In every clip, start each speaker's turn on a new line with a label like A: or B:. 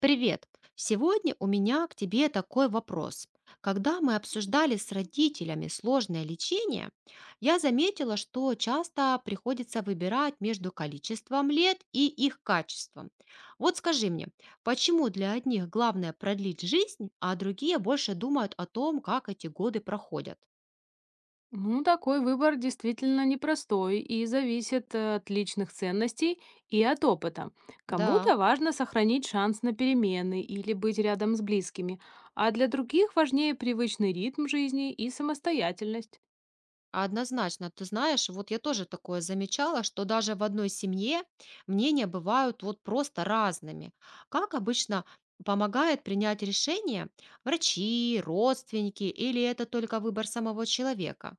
A: Привет! Сегодня у меня к тебе такой вопрос. Когда мы обсуждали с родителями сложное лечение, я заметила, что часто приходится выбирать между количеством лет и их качеством. Вот скажи мне, почему для одних главное продлить жизнь, а другие больше думают о том, как эти годы проходят?
B: Ну, такой выбор действительно непростой и зависит от личных ценностей и от опыта.
A: Да.
B: Кому-то важно сохранить шанс на перемены или быть рядом с близкими, а для других важнее привычный ритм жизни и самостоятельность.
A: Однозначно. Ты знаешь, вот я тоже такое замечала, что даже в одной семье мнения бывают вот просто разными. Как обычно помогает принять решение врачи, родственники или это только выбор самого человека?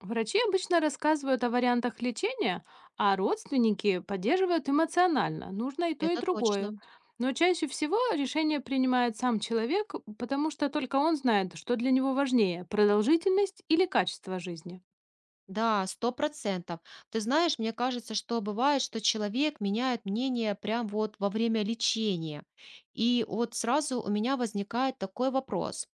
B: Врачи обычно рассказывают о вариантах лечения, а родственники поддерживают эмоционально. Нужно и то, и
A: Это
B: другое.
A: точно.
B: Но чаще всего решение принимает сам человек, потому что только он знает, что для него важнее – продолжительность или качество жизни.
A: Да, 100%. Ты знаешь, мне кажется, что бывает, что человек меняет мнение прям вот во время лечения. И вот сразу у меня возникает такой вопрос.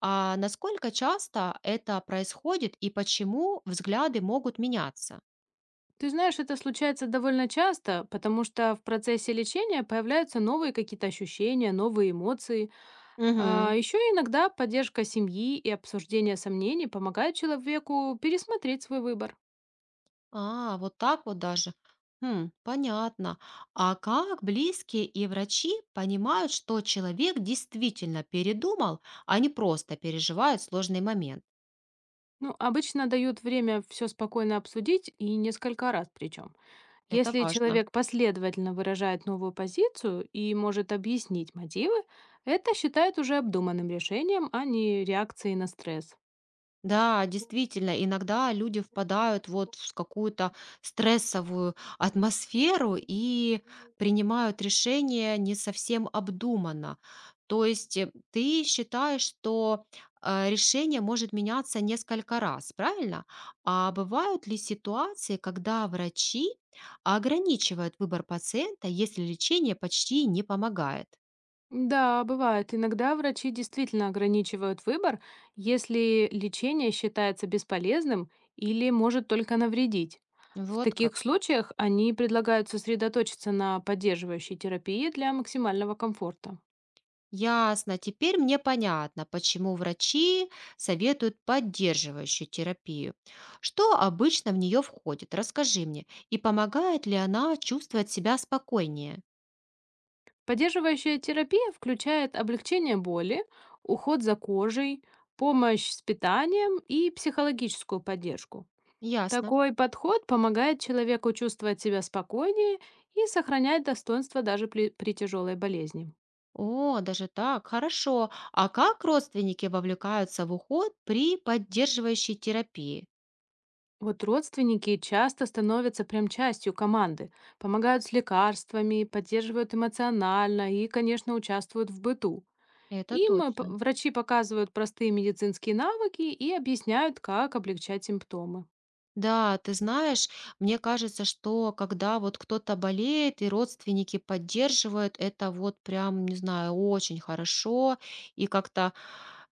A: А насколько часто это происходит и почему взгляды могут меняться?
B: Ты знаешь, это случается довольно часто, потому что в процессе лечения появляются новые какие-то ощущения, новые эмоции.
A: Мгм.
B: Еще иногда поддержка семьи и обсуждение сомнений помогают человеку пересмотреть свой выбор.
A: А, вот так вот даже. Хм, понятно. А как близкие и врачи понимают, что человек действительно передумал, а не просто переживает сложный момент?
B: Ну, обычно дают время все спокойно обсудить, и несколько раз причем.
A: Это
B: Если
A: важно.
B: человек последовательно выражает новую позицию и может объяснить мотивы, это считают уже обдуманным решением, а не реакцией на стресс.
A: Да, действительно, иногда люди впадают вот в какую-то стрессовую атмосферу и принимают решения не совсем обдуманно. То есть ты считаешь, что решение может меняться несколько раз, правильно? А бывают ли ситуации, когда врачи ограничивают выбор пациента, если лечение почти не помогает?
B: Да, бывает. Иногда врачи действительно ограничивают выбор, если лечение считается бесполезным или может только навредить. В
A: Вот
B: таких
A: как.
B: случаях они предлагают сосредоточиться на поддерживающей терапии для максимального комфорта.
A: Ясно, теперь мне понятно, почему врачи советуют поддерживающую терапию. Что обычно в нее входит? Расскажи мне. И помогает ли она чувствовать себя спокойнее?
B: Поддерживающая терапия включает облегчение боли, уход за кожей, помощь с питанием и психологическую поддержку.
A: Ясно.
B: Такой подход помогает человеку чувствовать себя спокойнее и сохранять достоинство даже при тяжелой болезни.
A: О, даже так, хорошо. А как родственники вовлекаются в уход при поддерживающей терапии?
B: Вот родственники часто становятся прям частью команды, помогают с лекарствами, поддерживают эмоционально и, конечно, участвуют в быту.
A: Это
B: Им
A: точно.
B: врачи показывают простые медицинские навыки и объясняют, как облегчать симптомы.
A: Да, ты знаешь, мне кажется, что когда вот кто-то болеет и родственники поддерживают, это вот прям, не знаю, очень хорошо и как-то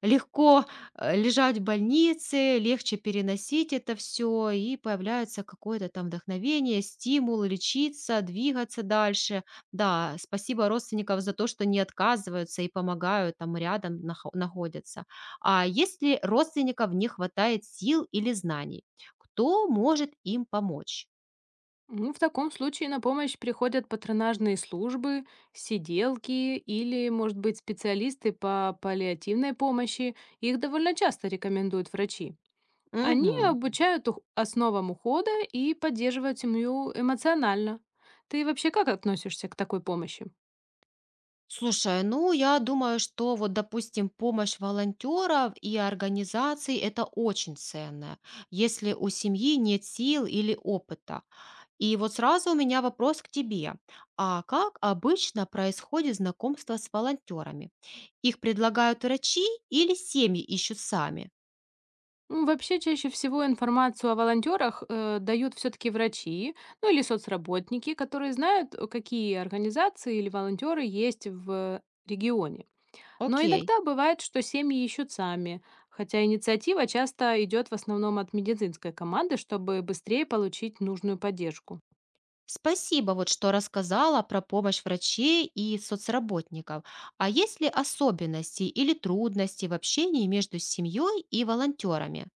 A: легко лежать в больнице, легче переносить это все, и появляется какое-то там вдохновение, стимул лечиться, двигаться дальше. Да, спасибо родственникам за то, что не отказываются и помогают, там рядом находятся. А если родственников не хватает сил или знаний? Кто может им помочь?
B: Ну, в таком случае на помощь приходят патронажные службы, сиделки или, может быть, специалисты по паллиативной помощи. Их довольно часто рекомендуют врачи. Они
A: Мгм.
B: обучают основам ухода и поддерживают семью эмоционально. Ты вообще как относишься к такой помощи?
A: Слушай, ну я думаю, что вот, допустим, помощь волонтеров и организаций– это очень ценно, если у семьи нет сил или опыта. И вот сразу у меня вопрос к тебе. А как обычно происходит знакомство с волонтерами? Их предлагают врачи или семьи ищут сами?
B: Ну, вообще, чаще всего информацию о волонтерах дают все-таки врачи, ну или соцработники, которые знают, какие организации или волонтеры есть в регионе. Но
A: Окей.
B: иногда бывает, что семьи ищут сами, хотя инициатива часто идет в основном от медицинской команды, чтобы быстрее получить нужную поддержку.
A: Спасибо, вот что рассказала про помощь врачей и соцработников. А есть ли особенности или трудности в общении между семьей и волонтерами?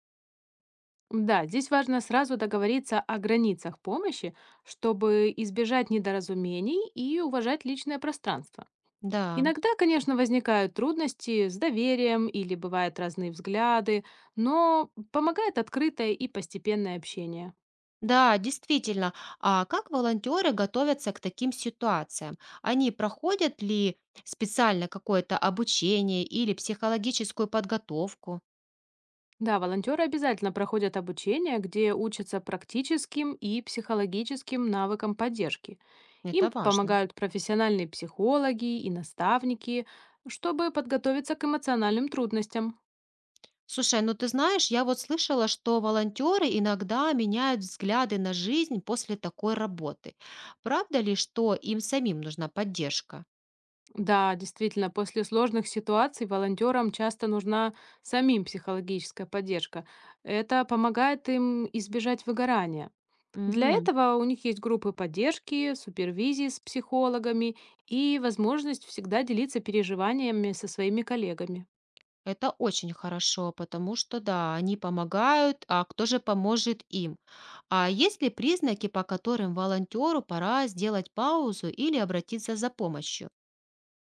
B: Да, здесь важно сразу договориться о границах помощи, чтобы избежать недоразумений и уважать личное пространство.
A: Да.
B: Иногда, конечно, возникают трудности с доверием или бывают разные взгляды, но помогает открытое и постепенное общение.
A: Да, действительно. А как волонтеры готовятся к таким ситуациям? Они проходят ли специально какое-то обучение или психологическую подготовку?
B: Да, волонтеры обязательно проходят обучение, где учатся практическим и психологическим навыкам поддержки. Им
A: Это важно.
B: помогают профессиональные психологи и наставники, чтобы подготовиться к эмоциональным трудностям.
A: Слушай, ну ты знаешь, я вот слышала, что волонтеры иногда меняют взгляды на жизнь после такой работы. Правда ли, что им самим нужна поддержка?
B: Да, действительно, после сложных ситуаций волонтерам часто нужна самим психологическая поддержка. Это помогает им избежать выгорания. Для
A: М,
B: этого у них есть группы поддержки, супервизии с психологами и возможность всегда делиться переживаниями со своими коллегами.
A: это очень хорошо, потому что да, они помогают, а кто же поможет им? А есть ли признаки, по которым волонтеру пора сделать паузу или обратиться за помощью?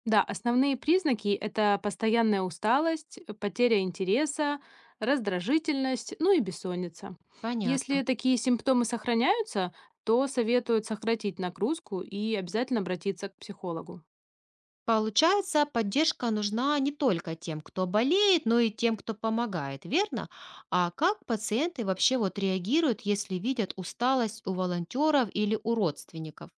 B: Да, основные признаки – это постоянная усталость, потеря интереса, раздражительность, ну и бессонница. Если
A: Понятно.
B: такие симптомы сохраняются, то советуют сократить нагрузку и обязательно обратиться к психологу.
A: Получается, поддержка нужна не только тем, кто болеет, но и тем, кто помогает, верно? А как пациенты вообще вот реагируют, если видят усталость у волонтеров или у родственников?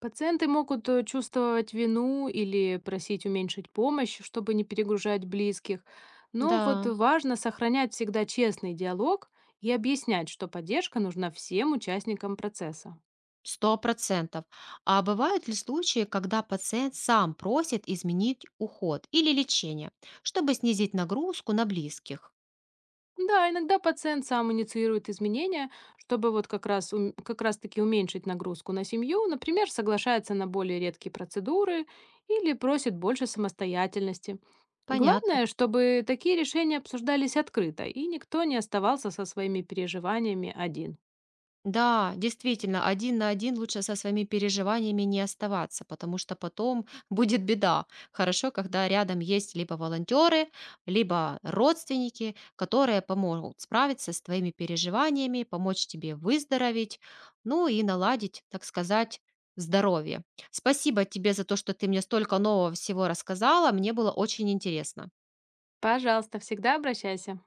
B: Пациенты могут чувствовать вину или просить уменьшить помощь, чтобы не перегружать близких. Но вот
A: Да,
B: важно сохранять всегда честный диалог и объяснять, что поддержка нужна всем участникам процесса.
A: сто процентов. А бывают ли случаи, когда пациент сам просит изменить уход или лечение, чтобы снизить нагрузку на близких?
B: Да, иногда пациент сам инициирует изменения, чтобы вот как раз, как раз таки уменьшить нагрузку на семью, например, соглашается на более редкие процедуры или просит больше самостоятельности.
A: Понятно.
B: Главное, чтобы такие решения обсуждались открыто, и никто не оставался со своими переживаниями один.
A: Да, действительно, один на один лучше со своими переживаниями не оставаться, потому что потом будет беда. Хорошо, когда рядом есть либо волонтеры, либо родственники, которые помогут справиться с твоими переживаниями, помочь тебе выздороветь, ну и наладить, так сказать, здоровье. Спасибо тебе за то, что ты мне столько нового всего рассказала, мне было очень интересно.
B: Пожалуйста, всегда обращайся.